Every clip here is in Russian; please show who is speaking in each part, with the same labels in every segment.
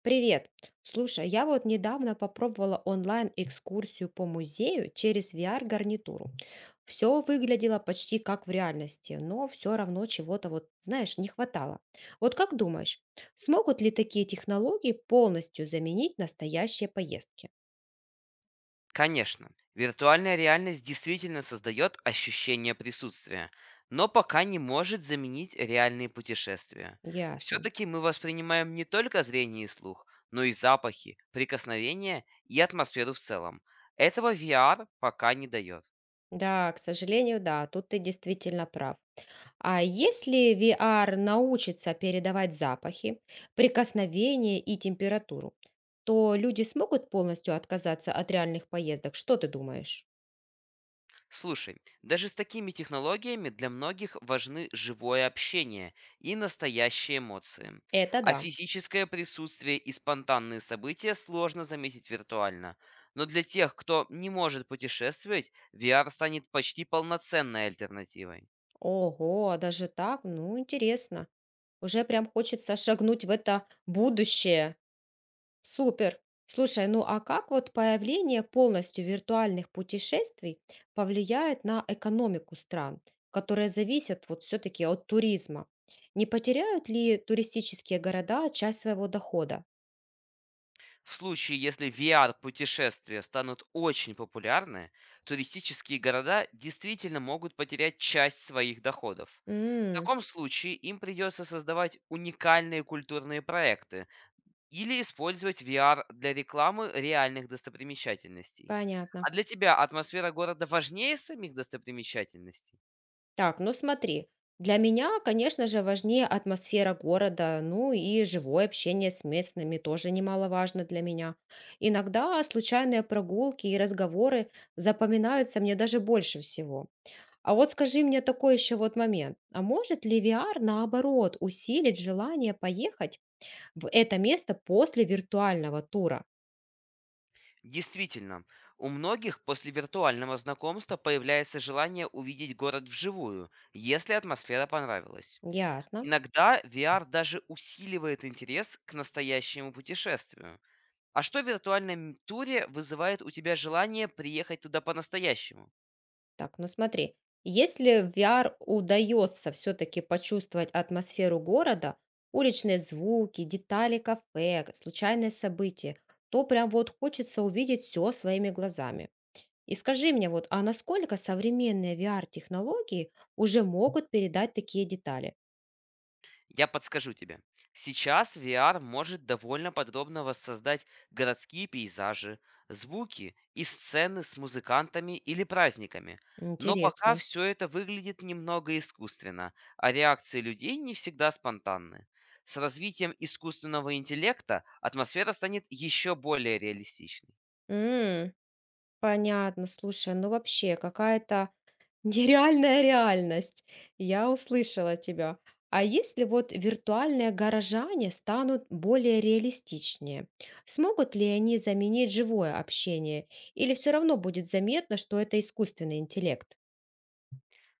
Speaker 1: Привет. Слушай, а я недавно попробовала онлайн-экскурсию по музею через VR-гарнитуру. Все выглядело почти как в реальности, но все равно чего-то не хватало. Как думаешь, смогут ли такие технологии полностью заменить настоящие поездки?
Speaker 2: Конечно, виртуальная реальность действительно создает ощущение присутствия, но пока не может заменить реальные путешествия.
Speaker 1: Ясно.
Speaker 2: Все-таки мы воспринимаем не только зрение и слух, но и запахи, прикосновения и атмосферу в целом. Этого VR пока не дает.
Speaker 1: Да, к сожалению, да, тут ты действительно прав. А если VR научится передавать запахи, прикосновения и температуру, то люди смогут полностью отказаться от реальных поездок. Что ты думаешь?
Speaker 2: Слушай, даже с такими технологиями для многих важны живое общение и настоящие эмоции.
Speaker 1: Это
Speaker 2: А
Speaker 1: да.
Speaker 2: физическое присутствие и спонтанные события сложно заметить виртуально. Но для тех, кто не может путешествовать, VR станет почти полноценной альтернативой.
Speaker 1: Ого, а даже так? Ну, интересно. Уже прям хочется шагнуть в это будущее. Супер. Слушай, ну а как появление полностью виртуальных путешествий повлияет на экономику стран, которые зависят все-таки от туризма? Не потеряют ли туристические города часть своего дохода?
Speaker 2: В случае, если VR-путешествия станут очень популярны, туристические города действительно могут потерять часть своих доходов. В
Speaker 1: М,
Speaker 2: таком случае им придется создавать уникальные культурные проекты или использовать VR для рекламы реальных достопримечательностей.
Speaker 1: понятно.
Speaker 2: А для тебя атмосфера города важнее самих достопримечательностей?
Speaker 1: Так, ну смотри, для меня, конечно же, важнее атмосфера города, ну и живое общение с местными тоже немаловажно для меня. Иногда случайные прогулки и разговоры запоминаются мне даже больше всего. А вот скажи мне такой еще момент. А может ли VR, наоборот, усилить желание поехать в это место после виртуального тура?
Speaker 2: Действительно, у многих после виртуального знакомства появляется желание увидеть город вживую, если атмосфера понравилась.
Speaker 1: Ясно.
Speaker 2: Иногда VR даже усиливает интерес к настоящему путешествию. А что в виртуальном туре вызывает у тебя желание приехать туда по-настоящему?
Speaker 1: Так, ну смотри. Если в VR удается все-таки почувствовать атмосферу города, уличные звуки, детали кафе, случайные события, то прям хочется увидеть все своими глазами. И скажи мне, а насколько современные VR-технологии уже могут передать такие детали?
Speaker 2: Я подскажу тебе. Сейчас VR может довольно подробно воссоздать городские пейзажи, звуки и сцены с музыкантами или праздниками. Но пока
Speaker 1: Интересно.
Speaker 2: все это выглядит немного искусственно, а реакции людей не всегда спонтанны. С развитием искусственного интеллекта атмосфера станет еще более реалистичной.
Speaker 1: М, понятно. Слушай, ну вообще какая-то нереальная реальность. Я услышала тебя. А если виртуальные горожане станут более реалистичнее, смогут ли они заменить живое общение? Или все равно будет заметно, что это искусственный интеллект?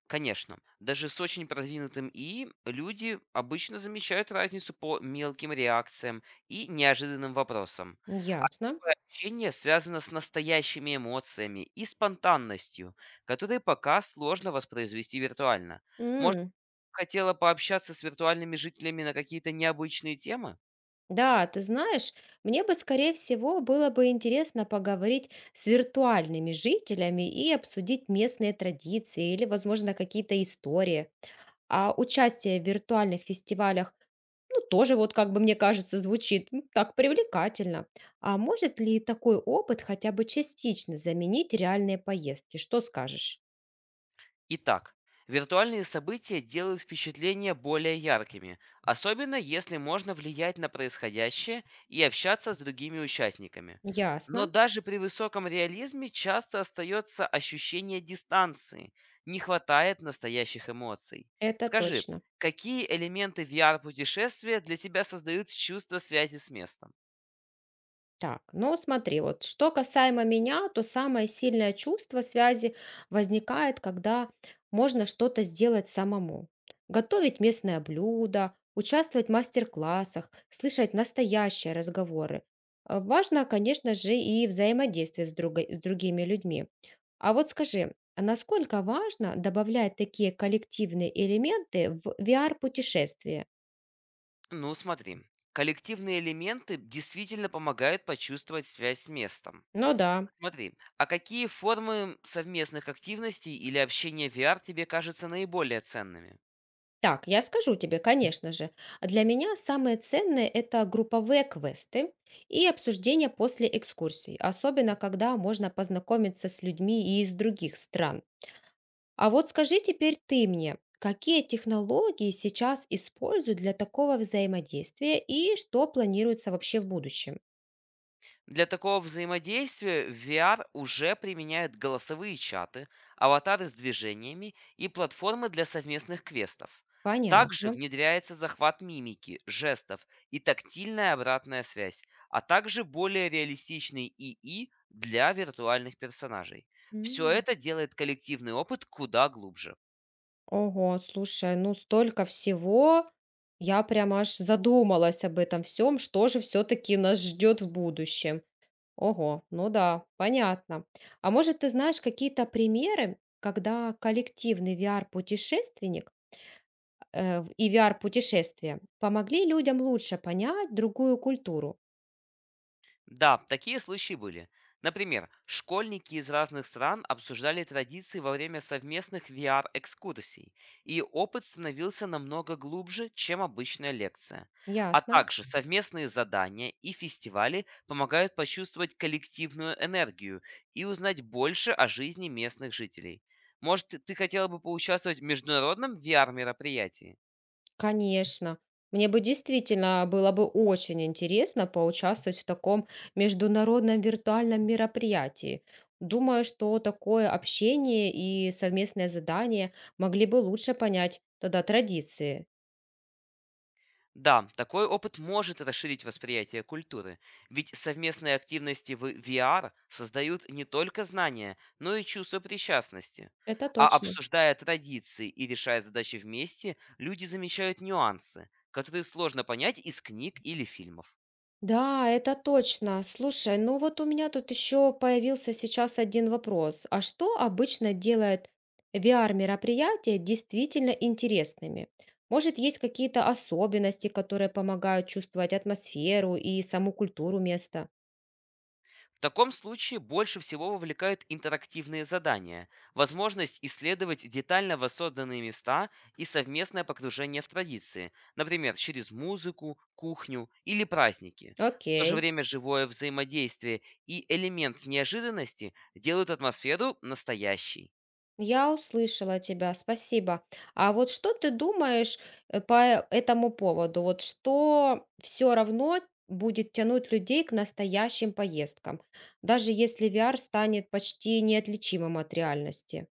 Speaker 2: Конечно, даже с очень продвинутым ИИ люди обычно замечают разницу по мелким реакциям и неожиданным вопросам.
Speaker 1: Ясно.
Speaker 2: Такое общение связано с настоящими эмоциями и спонтанностью, которые пока сложно воспроизвести виртуально. Может, хотела пообщаться с виртуальными жителями на какие-то необычные темы?
Speaker 1: Да, ты знаешь, мне бы, скорее всего, было бы интересно поговорить с виртуальными жителями и обсудить местные традиции или, возможно, какие-то истории. А участие в виртуальных фестивалях, ну, тоже мне кажется, звучит так привлекательно. А может ли такой опыт хотя бы частично заменить реальные поездки? Что скажешь?
Speaker 2: Итак, виртуальные события делают впечатления более яркими, особенно если можно влиять на происходящее и общаться с другими участниками.
Speaker 1: Ясно,
Speaker 2: Но даже при высоком реализме часто остается ощущение дистанции, не хватает настоящих эмоций.
Speaker 1: это
Speaker 2: Скажи,
Speaker 1: точно.
Speaker 2: какие элементы VR-путешествия для тебя создают чувство связи с местом?
Speaker 1: Так, ну смотри, вот что касаемо меня, то самое сильное чувство связи возникает, когда можно что-то сделать самому. Готовить местное блюдо, участвовать в мастер-классах, слышать настоящие разговоры. Важно, конечно же, и взаимодействие с другими людьми. А вот скажи, а насколько важно добавлять такие коллективные элементы в VR-путешествие?
Speaker 2: Ну, смотри, коллективные элементы действительно помогают почувствовать связь с местом.
Speaker 1: Ну да.
Speaker 2: Смотри, а какие формы совместных активностей или общения в VR тебе кажутся наиболее ценными?
Speaker 1: Так, я скажу тебе, конечно же. Для меня самые ценные — это групповые квесты и обсуждения после экскурсий, особенно когда можно познакомиться с людьми и из других стран. А вот скажи теперь ты мне, какие технологии сейчас используют для такого взаимодействия и что планируется вообще в будущем?
Speaker 2: Для такого взаимодействия в VR уже применяют голосовые чаты, аватары с движениями и платформы для совместных квестов. Также
Speaker 1: Понятно.
Speaker 2: внедряется захват мимики, жестов и тактильная обратная связь, а также более реалистичный ИИ для виртуальных персонажей. Все
Speaker 1: М.
Speaker 2: это делает коллективный опыт куда глубже.
Speaker 1: Ого, слушай, ну столько всего. Я прям аж задумалась об этом всем, что же все-таки нас ждет в будущем. Ого, ну да, понятно. А может, ты знаешь какие-то примеры, когда коллективный VR-путешественник э, в- и VR-путешествия помогли людям лучше понять другую культуру?
Speaker 2: Да, такие случаи были. Например, школьники из разных стран обсуждали традиции во время совместных VR-экскурсий, и опыт становился намного глубже, чем обычная лекция. А
Speaker 1: Ясно.
Speaker 2: также совместные задания и фестивали помогают почувствовать коллективную энергию и узнать больше о жизни местных жителей. Может, ты хотела бы поучаствовать в международном VR-мероприятии?
Speaker 1: Конечно. Мне бы действительно было бы очень интересно поучаствовать в таком международном виртуальном мероприятии. Думаю, что такое общение и совместное задание могли бы лучше понять тогда традиции.
Speaker 2: Да, такой опыт может расширить восприятие культуры, ведь совместные активности в VR создают не только знания, но и чувство причастности.
Speaker 1: Это
Speaker 2: А
Speaker 1: точно.
Speaker 2: обсуждая традиции и решая задачи вместе, люди замечают нюансы, которые сложно понять из книг или фильмов.
Speaker 1: Да, это точно. Слушай, ну вот у меня тут еще появился сейчас один вопрос. А что обычно делает VR-мероприятия действительно интересными? Может, есть какие-то особенности, которые помогают чувствовать атмосферу и саму культуру места?
Speaker 2: В таком случае больше всего вовлекают интерактивные задания, возможность исследовать детально воссозданные места и совместное погружение в традиции, например, через музыку, кухню или праздники. В то же
Speaker 1: Окей.
Speaker 2: время живое взаимодействие и элемент неожиданности делают атмосферу настоящей.
Speaker 1: Я услышала тебя, спасибо. А вот что ты думаешь по этому поводу? Вот что все равно будет тянуть людей к настоящим поездкам, даже если VR станет почти неотличимым от реальности?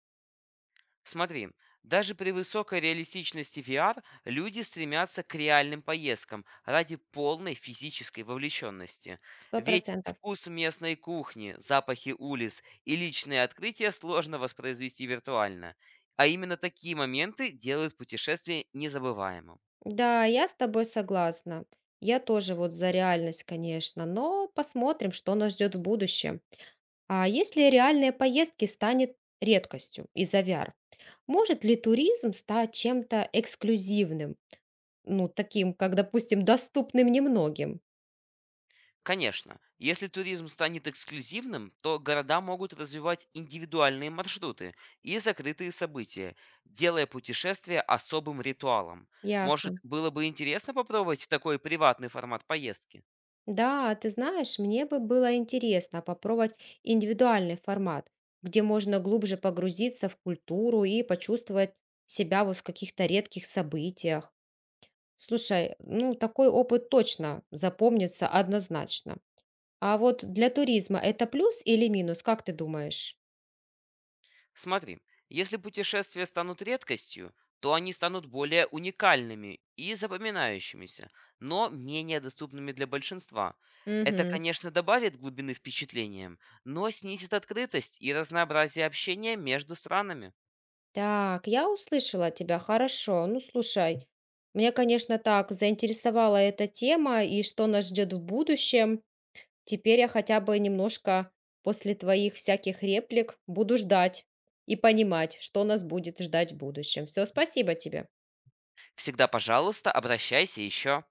Speaker 2: Смотри, даже при высокой реалистичности VR люди стремятся к реальным поездкам ради полной физической вовлеченности.
Speaker 1: Сто
Speaker 2: Ведь
Speaker 1: процентов.
Speaker 2: вкус местной кухни, запахи улиц и личные открытия сложно воспроизвести виртуально. А именно такие моменты делают путешествие незабываемым.
Speaker 1: Да, я с тобой согласна. Я тоже за реальность, конечно, но посмотрим, что нас ждет в будущем. А если реальные поездки станет редкостью из-за VR, может ли туризм стать чем-то эксклюзивным? Ну, таким, как, допустим, доступным немногим.
Speaker 2: Конечно, если туризм станет эксклюзивным, то города могут развивать индивидуальные маршруты и закрытые события, делая путешествие особым ритуалом. Может,
Speaker 1: Ясно.
Speaker 2: было бы интересно попробовать такой приватный формат поездки?
Speaker 1: Да, ты знаешь, мне бы было интересно попробовать индивидуальный формат, где можно глубже погрузиться в культуру и почувствовать себя в каких-то редких событиях. Слушай, ну такой опыт точно запомнится однозначно. А вот для туризма это плюс или минус, как ты думаешь?
Speaker 2: Смотри, если путешествия станут редкостью, то они станут более уникальными и запоминающимися, но менее доступными для большинства. Это,
Speaker 1: Мгм.
Speaker 2: конечно, добавит глубины впечатлениям, но снизит открытость и разнообразие общения между странами.
Speaker 1: Так, я услышала тебя, хорошо. Ну, слушай, меня, конечно, так заинтересовала эта тема и что нас ждет в будущем. Теперь я хотя бы немножко после твоих всяких реплик буду ждать и понимать, что нас будет ждать в будущем. Все, спасибо тебе.
Speaker 2: Всегда, пожалуйста, обращайся еще.